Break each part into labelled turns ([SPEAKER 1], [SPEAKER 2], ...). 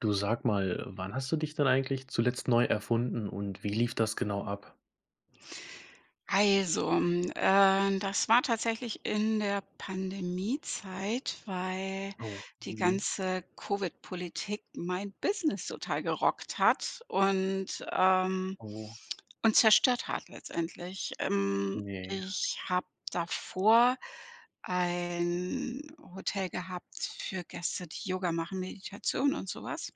[SPEAKER 1] Du sag mal, wann hast du dich denn eigentlich zuletzt neu erfunden und wie lief das genau ab?
[SPEAKER 2] Das war tatsächlich in der Pandemiezeit, weil
[SPEAKER 1] Oh,
[SPEAKER 2] die
[SPEAKER 1] mhm.
[SPEAKER 2] ganze Covid-Politik mein Business total gerockt hat
[SPEAKER 1] Oh,
[SPEAKER 2] und zerstört hat letztendlich.
[SPEAKER 1] ne,
[SPEAKER 2] Ich habe davor ein Hotel gehabt für Gäste, die Yoga machen, Meditation und sowas.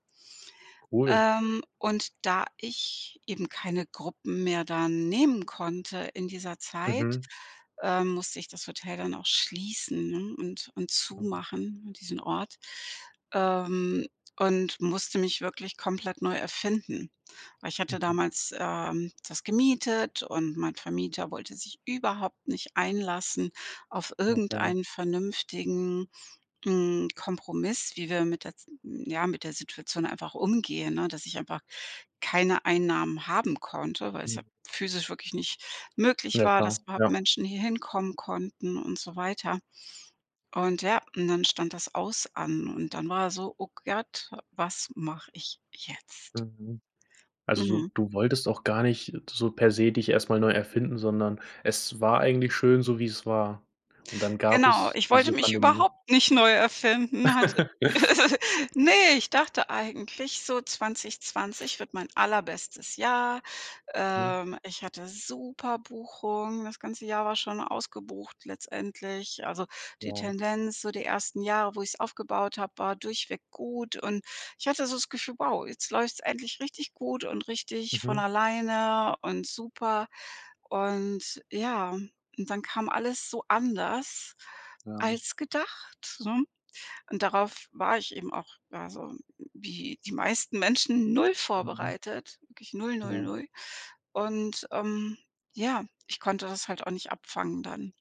[SPEAKER 1] cool.
[SPEAKER 2] Und da ich eben keine Gruppen mehr dann nehmen konnte in dieser Zeit,
[SPEAKER 1] Mhm.
[SPEAKER 2] musste ich das Hotel dann auch schließen, ne, und
[SPEAKER 1] Mhm.
[SPEAKER 2] zumachen, ne, diesen Ort, ähm, und musste mich wirklich komplett neu erfinden. Weil ich hatte
[SPEAKER 1] Mhm.
[SPEAKER 2] damals, das gemietet und mein Vermieter wollte sich überhaupt nicht einlassen auf
[SPEAKER 1] Okay.
[SPEAKER 2] irgendeinen vernünftigen Kompromiss, wie wir mit der Z ja, mit der Situation einfach umgehen, ne? Dass ich einfach keine Einnahmen haben konnte, weil es ja
[SPEAKER 1] Mhm.
[SPEAKER 2] physisch wirklich nicht möglich
[SPEAKER 1] Ja
[SPEAKER 2] war, dass
[SPEAKER 1] klar,
[SPEAKER 2] überhaupt
[SPEAKER 1] ja.
[SPEAKER 2] Menschen hier hinkommen konnten und so weiter. Und ja, und dann stand das Aus an und dann war so: „Oh Gott, was mache ich jetzt?“
[SPEAKER 1] Mhm. Also,
[SPEAKER 2] Mhm.
[SPEAKER 1] du wolltest auch gar nicht so per se dich erst mal neu erfinden, sondern es war eigentlich schön, so wie es war. Und dann gab
[SPEAKER 2] Genau,
[SPEAKER 1] es
[SPEAKER 2] ich wollte
[SPEAKER 1] diese
[SPEAKER 2] mich
[SPEAKER 1] Pandemie.
[SPEAKER 2] überhaupt nicht neu erfinden, hatte nee, ich dachte eigentlich so 2020 wird mein allerbestes Jahr.
[SPEAKER 1] Mhm.
[SPEAKER 2] Ich hatte super Buchungen, das ganze Jahr war schon ausgebucht letztendlich. Also, die
[SPEAKER 1] Ja.
[SPEAKER 2] Tendenz, so die ersten Jahre, wo ich es aufgebaut habe, war durchweg gut und ich hatte so das Gefühl: „Wow, jetzt läuft es endlich richtig gut und richtig von
[SPEAKER 1] Mhm.
[SPEAKER 2] alleine und super.“ Und ja. Und dann kam alles so anders
[SPEAKER 1] Ja.
[SPEAKER 2] als gedacht, ne? Und darauf war ich eben auch also, wie die meisten Menschen null
[SPEAKER 1] Mhm.
[SPEAKER 2] vorbereitet, wirklich null, null,
[SPEAKER 1] Ja.
[SPEAKER 2] null. Und, ähm, ja, ich konnte das halt auch nicht abfangen dann.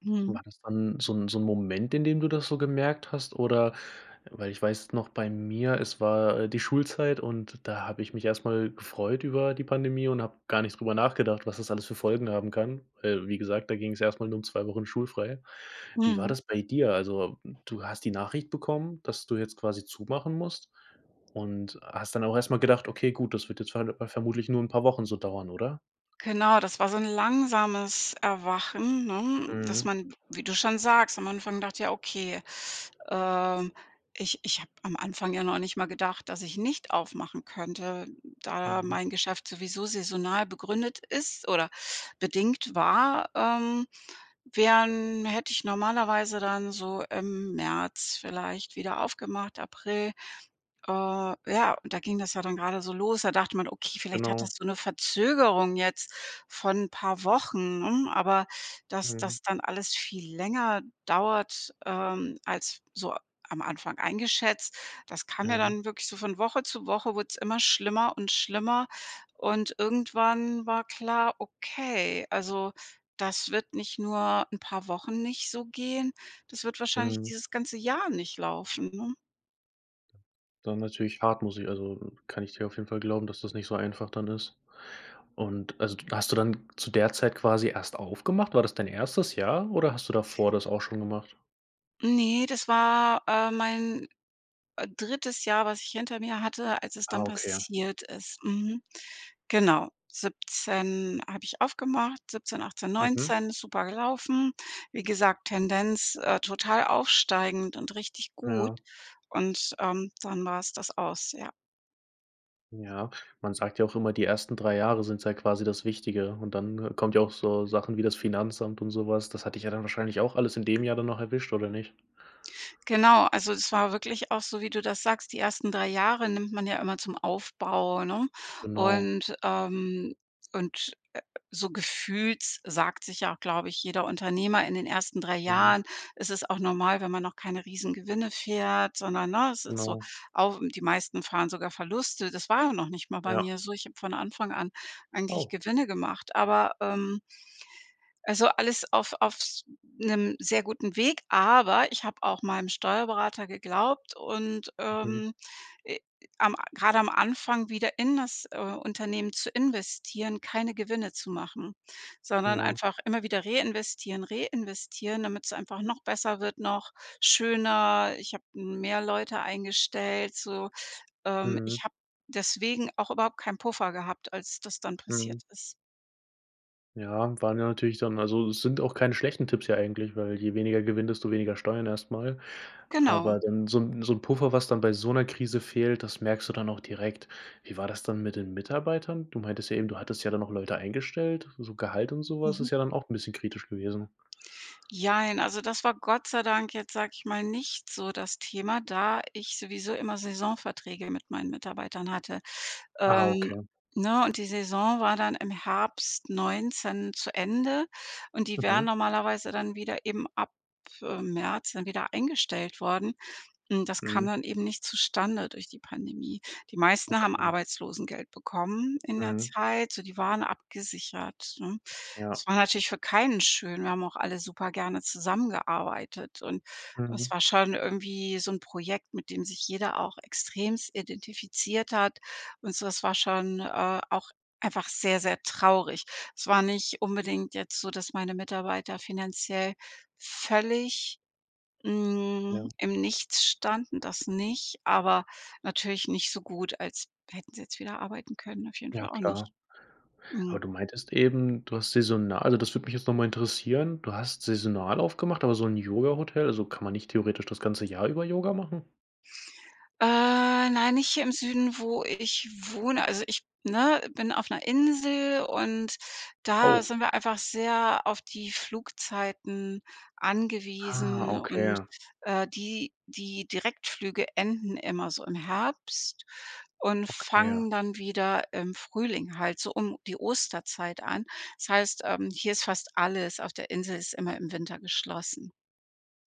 [SPEAKER 2] Mhm.
[SPEAKER 1] War das dann so 'n Moment, in dem du das so gemerkt hast oder weil ich weiß noch bei mir, es war, die Schulzeit und da habe ich mich erst mal gefreut über die Pandemie und habe gar nicht drüber nachgedacht, was das alles für Folgen haben kann. Weil, wie gesagt, da ging's erst mal nur um 2 Wochen schulfrei. Wie war
[SPEAKER 2] Mhm.
[SPEAKER 1] das bei dir? Also, du hast die Nachricht bekommen, dass du jetzt quasi zumachen musst und hast dann auch erst mal gedacht: „Okay, gut, das wird jetzt vermutlich nur 'n paar Wochen so dauern“, oder?
[SPEAKER 2] Genau, das war so 'n langsames Erwachen, ne, dass
[SPEAKER 1] Mhm,
[SPEAKER 2] man, wie du schon sagst, am Anfang dachte: „Ja, okay, ähm, ich habe am Anfang ja noch nicht mal gedacht, dass ich nicht aufmachen könnte, da
[SPEAKER 1] mhm,
[SPEAKER 2] mein Geschäft sowieso saisonal begründet ist oder bedingt war, wären hätte ich normalerweise dann so im März vielleicht wieder aufgemacht, April.“ äh, ja, und da ging das ja dann gerade so los. Da dachte man: „Okay, vielleicht hat
[SPEAKER 1] genau,
[SPEAKER 2] das so eine Verzögerung jetzt von ein paar Wochen“, ne? Aber dass
[SPEAKER 1] mhm,
[SPEAKER 2] das dann alles viel länger dauert, als so am Anfang eingeschätzt. Das kam ja
[SPEAKER 1] ja,
[SPEAKER 2] dann wirklich so von Woche zu Woche, wurde es immer schlimmer und schlimmer. Und irgendwann war klar: „Okay, also das wird nicht nur ein paar Wochen nicht so gehen, das wird wahrscheinlich
[SPEAKER 1] mhm.
[SPEAKER 2] dieses ganze Jahr nicht laufen“, ne?
[SPEAKER 1] Dann natürlich hart, muss ich also, kann ich dir auf jeden Fall glauben, dass das nicht so einfach dann ist. Und also, d hast du dann zu der Zeit quasi erst aufgemacht? War das dein erstes Jahr oder hast du davor das auch schon gemacht?
[SPEAKER 2] Ne, das war mein 3. Jahr, was ich hinter mir hatte, als es
[SPEAKER 1] Ah,
[SPEAKER 2] dann
[SPEAKER 1] okay.
[SPEAKER 2] passiert ist. Mhm. Genau. 17 habe ich aufgemacht, 17, 18,
[SPEAKER 1] Mhm.
[SPEAKER 2] 19, super gelaufen. Wie gesagt, Tendenz, total aufsteigend und richtig gut.
[SPEAKER 1] Ja,
[SPEAKER 2] Dann war's das aus, ja.
[SPEAKER 1] ja. Man sagt ja auch immer, die ersten 3 Jahre sind ja quasi das Wichtige und dann, kommt ja auch so Sachen wie das Finanzamt und sowas. Das hatte ich ja dann wahrscheinlich auch alles in dem Jahr dann noch erwischt, oder nicht?
[SPEAKER 2] Genau, also es war wirklich auch so, wie du das sagst, die ersten 3 Jahre nimmt man ja immer zum Aufbau, ne?
[SPEAKER 1] Genau.
[SPEAKER 2] Und, ähm und so gefühlt sagt sich ja auch, glaube ich, jeder Unternehmer in den ersten 3
[SPEAKER 1] Mhm.
[SPEAKER 2] Jahren ist es auch normal, wenn man noch keine Riesengewinne fährt, sondern, ne, es ist so.
[SPEAKER 1] Genau.
[SPEAKER 2] Auch die meisten fahren sogar Verluste. Das war ja noch nicht mal bei
[SPEAKER 1] Ja.
[SPEAKER 2] mir so. Ich habe von Anfang an eigentlich
[SPEAKER 1] Oh.
[SPEAKER 2] Gewinne gemacht, aber, also, alles auf einem sehr guten Weg, aber ich habe auch meinem Steuerberater geglaubt und,
[SPEAKER 1] Mhm.
[SPEAKER 2] ähm, äh, am grade am Anfang wieder in das, Unternehmen zu investieren, keine Gewinne zu machen, sondern
[SPEAKER 1] Ja.
[SPEAKER 2] einfach immer wieder reinvestieren, reinvestieren, damit es einfach noch besser wird, noch schöner. Ich habe mehr Leute eingestellt, so.
[SPEAKER 1] Mhm.
[SPEAKER 2] Ich habe deswegen auch überhaupt keinen Puffer gehabt, als das dann
[SPEAKER 1] Mhm.
[SPEAKER 2] passiert ist.
[SPEAKER 1] Ja, waren ja natürlich dann also, es sind auch keine schlechten Tipps ja eigentlich, weil je weniger Gewinn, desto weniger Steuern erstmal.
[SPEAKER 2] Genau.
[SPEAKER 1] Aber dann so 'n Puffer, was dann bei so einer Krise fehlt, das merkst du dann auch direkt. Wie war das dann mit den Mitarbeitern? Du meintest ja eben, du hattest ja dann noch Leute eingestellt, so Gehalt und sowas,
[SPEAKER 2] Mhm.
[SPEAKER 1] ist ja dann auch 'n bisschen kritisch gewesen.
[SPEAKER 2] Jein, also das war Gott sei Dank jetzt, sage ich mal, nicht so das Thema, da ich sowieso immer Saisonverträge mit meinen Mitarbeitern hatte.
[SPEAKER 1] Ah,
[SPEAKER 2] Ähm,
[SPEAKER 1] okay.
[SPEAKER 2] ne, und die Saison war dann im Herbst 19 zu Ende und die wären
[SPEAKER 1] Mhm.
[SPEAKER 2] normalerweise dann wieder eben ab, März dann wieder eingestellt worden. Das kam
[SPEAKER 1] Mhm.
[SPEAKER 2] dann eben nicht zustande durch die Pandemie. Die meisten haben
[SPEAKER 1] Okay.
[SPEAKER 2] Arbeitslosengeld bekommen in der
[SPEAKER 1] Mhm.
[SPEAKER 2] Zeit, so die waren abgesichert, ne?
[SPEAKER 1] Ja.
[SPEAKER 2] Es war natürlich für keinen schön. Wir haben auch alle super gerne zusammengearbeitet und es
[SPEAKER 1] Mhm.
[SPEAKER 2] war schon irgendwie so 'n Projekt, mit dem sich jeder auch extremst identifiziert hat und so. Es war schon, auch einfach sehr, sehr traurig. Es war nicht unbedingt jetzt so, dass meine Mitarbeiter finanziell völlig
[SPEAKER 1] Ja.
[SPEAKER 2] im Nichts standen, das nicht, aber natürlich nicht so gut, als hätten sie jetzt wieder arbeiten können, auf jeden
[SPEAKER 1] Ja,
[SPEAKER 2] Fall auch
[SPEAKER 1] klar.
[SPEAKER 2] nicht.
[SPEAKER 1] Aber
[SPEAKER 2] Mhm.
[SPEAKER 1] du meintest eben, du hast saisonal also, das würde mich jetzt nochmal interessieren. Du hast saisonal aufgemacht, aber so ein Yoga-Hotel, also, kann man nicht theoretisch das ganze Jahr über Yoga machen?
[SPEAKER 2] Nein, nicht hier im Süden, wo ich wohne. Also, ich, ne, bin auf 'ner Insel und da
[SPEAKER 1] Oh.
[SPEAKER 2] sind wir einfach sehr auf die Flugzeiten
[SPEAKER 1] Ah,
[SPEAKER 2] angewiesen und,
[SPEAKER 1] okay,
[SPEAKER 2] äh, die Direktflüge enden immer so im Herbst und
[SPEAKER 1] okay,
[SPEAKER 2] fangen dann wieder im Frühling halt so um die Osterzeit an. Das heißt, hier ist fast alles auf der Insel ist immer im Winter geschlossen.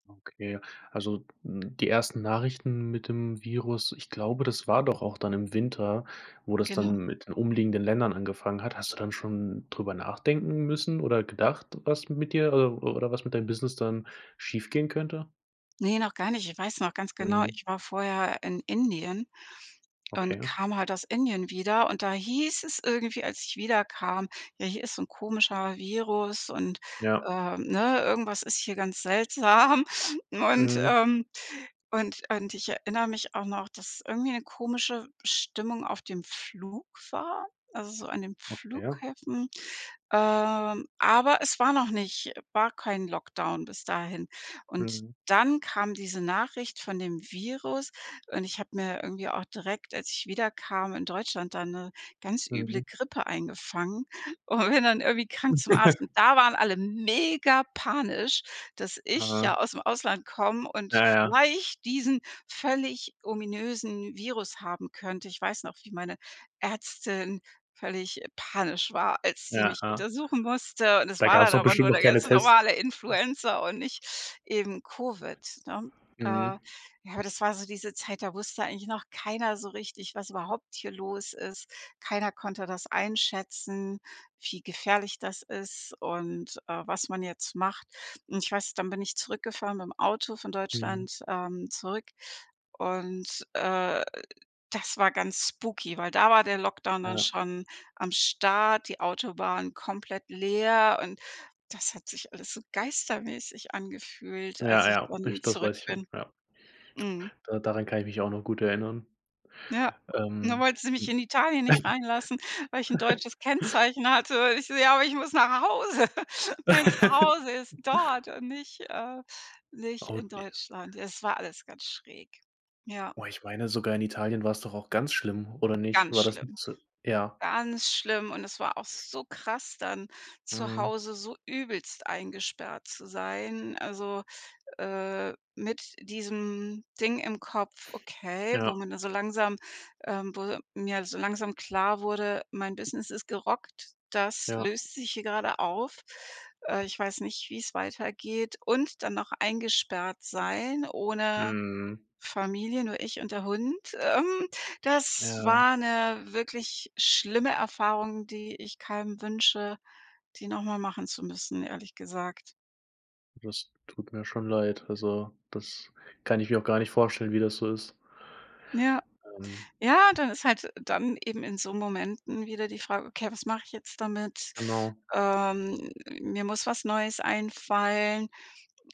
[SPEAKER 1] okay. Also, hm, die ersten Nachrichten mit dem Virus, ich glaube, das war doch auch dann im Winter, wo das dann
[SPEAKER 2] Genau.
[SPEAKER 1] mit den umliegenden Ländern angefangen hat. Hast du dann schon drüber nachdenken müssen oder gedacht, was mit dir oder was mit deinem Business dann schiefgehen könnte?
[SPEAKER 2] Ne, noch gar nicht. Ich weiß noch ganz genau,
[SPEAKER 1] Mhm.
[SPEAKER 2] ich war vorher in Indien. Und
[SPEAKER 1] Okay.
[SPEAKER 2] kam halt aus Indien wieder und da hieß es irgendwie, als ich wiederkam: „Ja, hier ist so ein komischer Virus und,
[SPEAKER 1] Ja.
[SPEAKER 2] ähm, ne, irgendwas ist hier ganz seltsam.“ Und,
[SPEAKER 1] Mhm.
[SPEAKER 2] ähm und ich erinnere mich auch noch, dass irgendwie eine komische Stimmung auf dem Flug war, also, so an den
[SPEAKER 1] Ja.
[SPEAKER 2] Flughäfen. Aber es war noch nicht war kein Lockdown bis dahin. Und
[SPEAKER 1] Mhm,
[SPEAKER 2] dann kam diese Nachricht von dem Virus und ich habe mir irgendwie auch direkt, als ich wiederkam in Deutschland, dann eine ganz üble
[SPEAKER 1] mhm.
[SPEAKER 2] Grippe eingefangen und bin dann irgendwie krank zum Arzt. Und da waren alle mega panisch, dass ich ja
[SPEAKER 1] Ah,
[SPEAKER 2] aus dem Ausland komme und
[SPEAKER 1] ja, ja,
[SPEAKER 2] vielleicht diesen völlig ominösen Virus haben könnte. Ich weiß noch, wie meine Ärztin völlig panisch war, als sie
[SPEAKER 1] ja,
[SPEAKER 2] mich
[SPEAKER 1] ja.
[SPEAKER 2] untersuchen musste und es
[SPEAKER 1] Da
[SPEAKER 2] war
[SPEAKER 1] gab's
[SPEAKER 2] dann
[SPEAKER 1] doch
[SPEAKER 2] aber
[SPEAKER 1] bestimmt
[SPEAKER 2] nur
[SPEAKER 1] noch
[SPEAKER 2] der
[SPEAKER 1] keine
[SPEAKER 2] ganz
[SPEAKER 1] Tests.
[SPEAKER 2] normale Influenza und nicht eben Covid, ne?
[SPEAKER 1] Mhm,
[SPEAKER 2] Ja, aber das war so diese Zeit, da wusste eigentlich noch keiner so richtig, was überhaupt hier los ist. Keiner konnte das einschätzen, wie gefährlich das ist und was man jetzt macht. Und ich weiß, dann bin ich zurückgefahren mit dem Auto von
[SPEAKER 1] mhm.
[SPEAKER 2] Deutschland, zurück und, äh, das war ganz spooky, weil da war der Lockdown dann
[SPEAKER 1] Ja,
[SPEAKER 2] schon am Start, die Autobahn komplett leer und das hat sich alles so geistermäßig angefühlt, als
[SPEAKER 1] ja,
[SPEAKER 2] ich
[SPEAKER 1] ja,
[SPEAKER 2] dann
[SPEAKER 1] ich das
[SPEAKER 2] zurück
[SPEAKER 1] weiß ich schon,
[SPEAKER 2] bin.
[SPEAKER 1] ja.
[SPEAKER 2] Mhm.
[SPEAKER 1] Da daran kann ich mich auch noch gut erinnern.
[SPEAKER 2] Ja. Und dann
[SPEAKER 1] Ähm,
[SPEAKER 2] wollte sie mich in Italien nicht reinlassen, weil ich 'n deutsches Kennzeichen hatte. Ich so: „Ja, aber ich muss nach Hause. Mein
[SPEAKER 1] hm.
[SPEAKER 2] Zuhause ist dort und nicht, nicht
[SPEAKER 1] Oh,
[SPEAKER 2] in Deutschland.“ Ja, es war alles ganz schräg. Ja,
[SPEAKER 1] oh, ich meine, sogar in Italien war's doch auch ganz schlimm, oder nicht?
[SPEAKER 2] ganz
[SPEAKER 1] War das nicht
[SPEAKER 2] schlimm,
[SPEAKER 1] so ja,
[SPEAKER 2] ganz schlimm. Und es war auch so krass dann, zu
[SPEAKER 1] mhm,
[SPEAKER 2] Hause so übelst eingesperrt zu sein. Also mit diesem Ding im Kopf, okay, wo
[SPEAKER 1] ja,
[SPEAKER 2] mir dann so langsam klar wurde, mein Business ist gerockt, das
[SPEAKER 1] ja,
[SPEAKER 2] löst sich hier gerade auf. Ich weiß nicht, wie es weitergeht und dann noch eingesperrt sein ohne
[SPEAKER 1] mhm.
[SPEAKER 2] Familie, nur ich und der Hund. Das
[SPEAKER 1] Ja,
[SPEAKER 2] war eine wirklich schlimme Erfahrung, die ich keinem wünsche, die nochmal machen zu müssen, ehrlich gesagt.
[SPEAKER 1] das tut mir schon leid. Also, das kann ich mir auch gar nicht vorstellen, wie das so ist.
[SPEAKER 2] Ja.
[SPEAKER 1] Ähm,
[SPEAKER 2] Ja, dann ist halt dann eben in so Momenten wieder die Frage: „Okay, was mache ich jetzt damit?“
[SPEAKER 1] genau.
[SPEAKER 2] Ähm, Mir muss was Neues einfallen.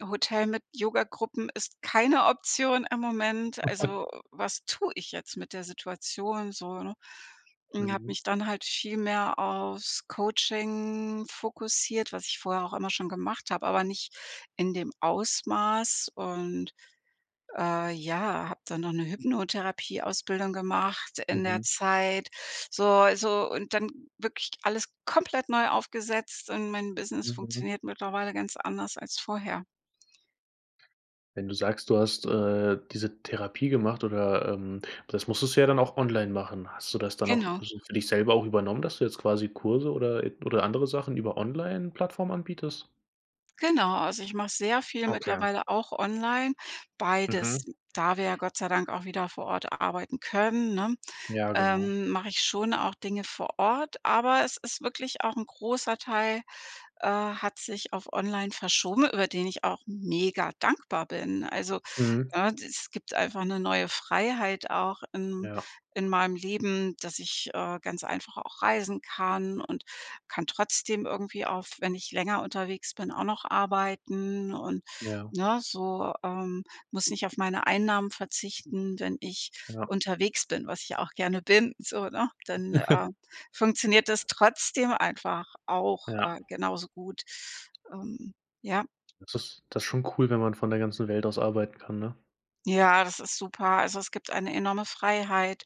[SPEAKER 2] Hotel mit Yogagruppen ist keine Option im Moment. Also, was tue ich jetzt mit der Situation so, ne? Habe
[SPEAKER 1] Mhm,
[SPEAKER 2] mich dann halt viel mehr aufs Coaching fokussiert, was ich vorher auch immer schon gemacht habe, aber nicht in dem Ausmaß und ja, habe dann noch 'ne Hypnotherapieausbildung gemacht in der
[SPEAKER 1] mhm,
[SPEAKER 2] Zeit. So und dann wirklich alles komplett neu aufgesetzt und mein Business
[SPEAKER 1] mhm.
[SPEAKER 2] funktioniert mittlerweile ganz anders als vorher.
[SPEAKER 1] Wenn du sagst, du hast, diese Therapie gemacht oder, das musstest du ja dann auch online machen. Hast du das dann auch
[SPEAKER 2] Genau,
[SPEAKER 1] so für dich selber auch übernommen, dass du jetzt quasi Kurse oder e oder andere Sachen über Online-Plattformen anbietest?
[SPEAKER 2] genau. Also, ich mache sehr viel
[SPEAKER 1] Okay.
[SPEAKER 2] mittlerweile auch online, beides.
[SPEAKER 1] Mhm.
[SPEAKER 2] Da wir ja Gott sei Dank auch wieder vor Ort arbeiten können, ne,
[SPEAKER 1] Ja, genau.
[SPEAKER 2] mache ich schon auch Dinge vor Ort, aber es ist wirklich auch 'n großer Teil hat sich auf online verschoben, über den ich auch mega dankbar bin. Also,
[SPEAKER 1] Mhm.
[SPEAKER 2] ja, es gibt einfach eine neue Freiheit auch in
[SPEAKER 1] Ja,
[SPEAKER 2] in meinem Leben, dass ich, ganz einfach auch reisen kann und kann trotzdem irgendwie auch, wenn ich länger unterwegs bin, auch noch arbeiten und,
[SPEAKER 1] ja,
[SPEAKER 2] ne, so, muss nicht auf meine Einnahmen verzichten, wenn ich
[SPEAKER 1] ja,
[SPEAKER 2] unterwegs bin, was ich auch gerne bin, so, ne? Dann funktioniert das trotzdem einfach auch,
[SPEAKER 1] ja.
[SPEAKER 2] genauso gut. Ähm, ja.
[SPEAKER 1] Das ist schon cool, wenn man von der ganzen Welt aus arbeiten kann, ne?
[SPEAKER 2] Ja, das ist super. Also, es gibt eine enorme Freiheit,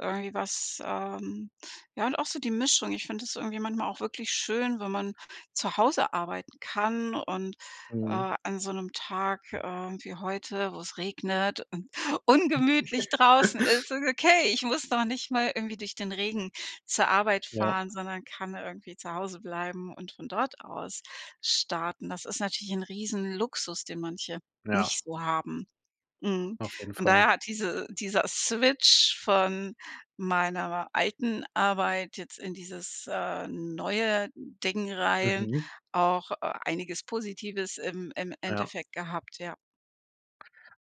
[SPEAKER 2] irgendwie was ja, und auch so die Mischung. Ich finde es irgendwie manchmal auch wirklich schön, wenn man zu Hause arbeiten kann
[SPEAKER 1] Mhm.
[SPEAKER 2] an so einem Tag, wie heute, wo es regnet und ungemütlich draußen ist, ist okay. Ich muss noch nicht mal irgendwie durch den Regen zur Arbeit
[SPEAKER 1] Ja,
[SPEAKER 2] fahren, sondern kann irgendwie zu Hause bleiben und von dort aus starten. Das ist natürlich ein riesen Luxus, den manche
[SPEAKER 1] ja,
[SPEAKER 2] nicht so haben. Mhm.
[SPEAKER 1] auf jeden
[SPEAKER 2] Von daher
[SPEAKER 1] Fall.
[SPEAKER 2] hat dieser Switch von meiner alten Arbeit jetzt in dieses, neue Ding rein
[SPEAKER 1] Mhm.
[SPEAKER 2] auch, einiges Positives im
[SPEAKER 1] Ja.
[SPEAKER 2] Endeffekt gehabt, ja,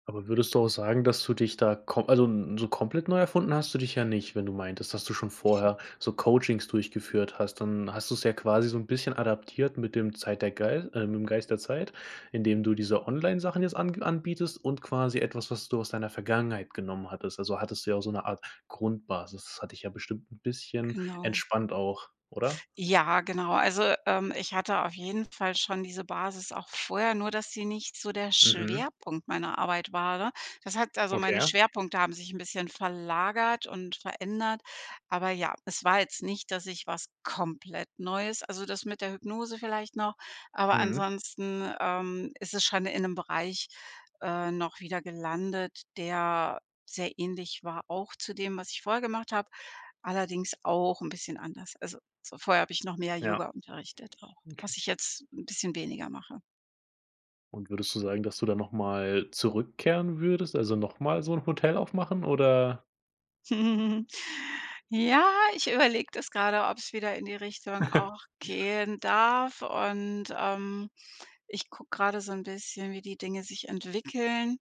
[SPEAKER 1] Aber würdest du auch sagen, dass du dich da kom also, n so komplett neu erfunden hast du dich ja nicht, wenn du meintest, dass du schon vorher so Coachings durchgeführt hast. Dann hast du es ja quasi so ein bisschen adaptiert mit dem Zeit der Gei mit dem Geist der Zeit, indem du diese Online-Sachen jetzt an anbietest und quasi etwas, was du aus deiner Vergangenheit genommen hattest. Also, hattest du ja auch so eine Art Grundbasis. Das hat dich ja bestimmt ein bisschen
[SPEAKER 2] genau.
[SPEAKER 1] entspannt auch, oder?
[SPEAKER 2] Ja, genau. Also, ich hatte auf jeden Fall schon diese Basis auch vorher, nur dass sie nicht so der
[SPEAKER 1] Mhm.
[SPEAKER 2] Schwerpunkt meiner Arbeit war, ne? Das hat also meine
[SPEAKER 1] Okay.
[SPEAKER 2] Schwerpunkte haben sich ein bisschen verlagert und verändert. Aber ja, es war jetzt nicht, dass ich was komplett Neues also, das mit der Hypnose vielleicht noch, aber
[SPEAKER 1] Mhm.
[SPEAKER 2] ansonsten, ist es schon in einem Bereich, noch wieder gelandet, der sehr ähnlich war auch zu dem, was ich vorher gemacht habe, allerdings auch ein bisschen anders. Also so, vorher habe ich noch mehr
[SPEAKER 1] Ja.
[SPEAKER 2] Yoga unterrichtet auch, was ich jetzt 'n bisschen weniger mache.
[SPEAKER 1] Und würdest du sagen, dass du da nochmal zurückkehren würdest, also nochmal so 'n Hotel aufmachen oder
[SPEAKER 2] Ja, ich überlege das grade, ob's wieder in die Richtung auch gehen darf und ich gucke grade so 'n bisschen, wie die Dinge sich entwickeln.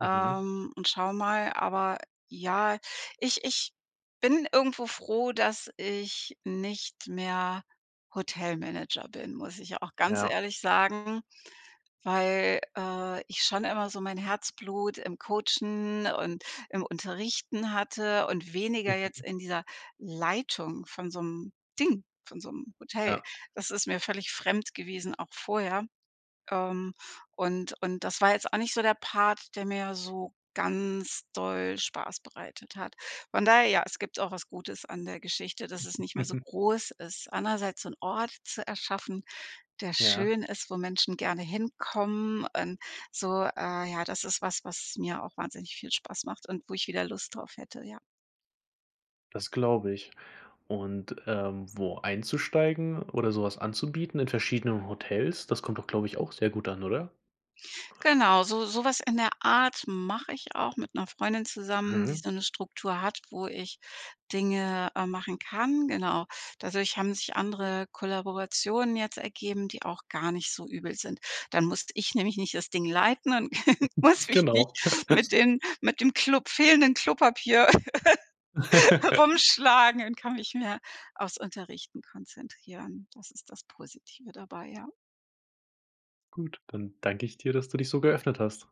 [SPEAKER 1] mhm,
[SPEAKER 2] Und schau mal. Aber ja, ich ich bin irgendwo froh, dass ich nicht mehr Hotelmanager bin, muss ich auch ganz
[SPEAKER 1] ja,
[SPEAKER 2] ehrlich sagen, weil, ich schon immer so mein Herzblut im Coachen und im Unterrichten hatte und weniger jetzt
[SPEAKER 1] mhm,
[SPEAKER 2] in dieser Leitung von so einem Ding, von so einem Hotel.
[SPEAKER 1] ja,
[SPEAKER 2] Das ist mir völlig fremd gewesen, auch vorher. Ähm, und das war jetzt auch nicht so der Part, der mir so ganz doll Spaß bereitet hat. Von daher, ja, es gibt auch was Gutes an der Geschichte, dass es nicht mehr so
[SPEAKER 1] mhm,
[SPEAKER 2] groß ist. Andererseits so 'n Ort zu erschaffen, der
[SPEAKER 1] ja,
[SPEAKER 2] schön ist, wo Menschen gerne hinkommen und so, ja, das ist was, was mir auch wahnsinnig viel Spaß macht und wo ich wieder Lust drauf hätte, ja.
[SPEAKER 1] das glaube ich. Und, wo einzusteigen oder so was anzubieten in verschiedenen Hotels, das kommt doch, glaube ich, auch sehr gut an, oder?
[SPEAKER 2] Genau, so sowas in der Art mache ich auch mit 'ner Freundin zusammen, die
[SPEAKER 1] Mhm,
[SPEAKER 2] so 'ne Struktur hat, wo ich Dinge, machen kann, genau. Dadurch haben sich andere Kollaborationen jetzt ergeben, die auch gar nicht so übel sind. Dann muss ich nämlich nicht das Ding leiten und muss mich nicht
[SPEAKER 1] genau.
[SPEAKER 2] mit dem Klump fehlenden Klopapier rumschlagen und kann mich mehr aufs Unterrichten konzentrieren. Das ist das Positive dabei, ja.
[SPEAKER 1] Gut, dann danke ich dir, dass du dich so geöffnet hast.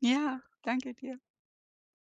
[SPEAKER 2] Ja, danke dir.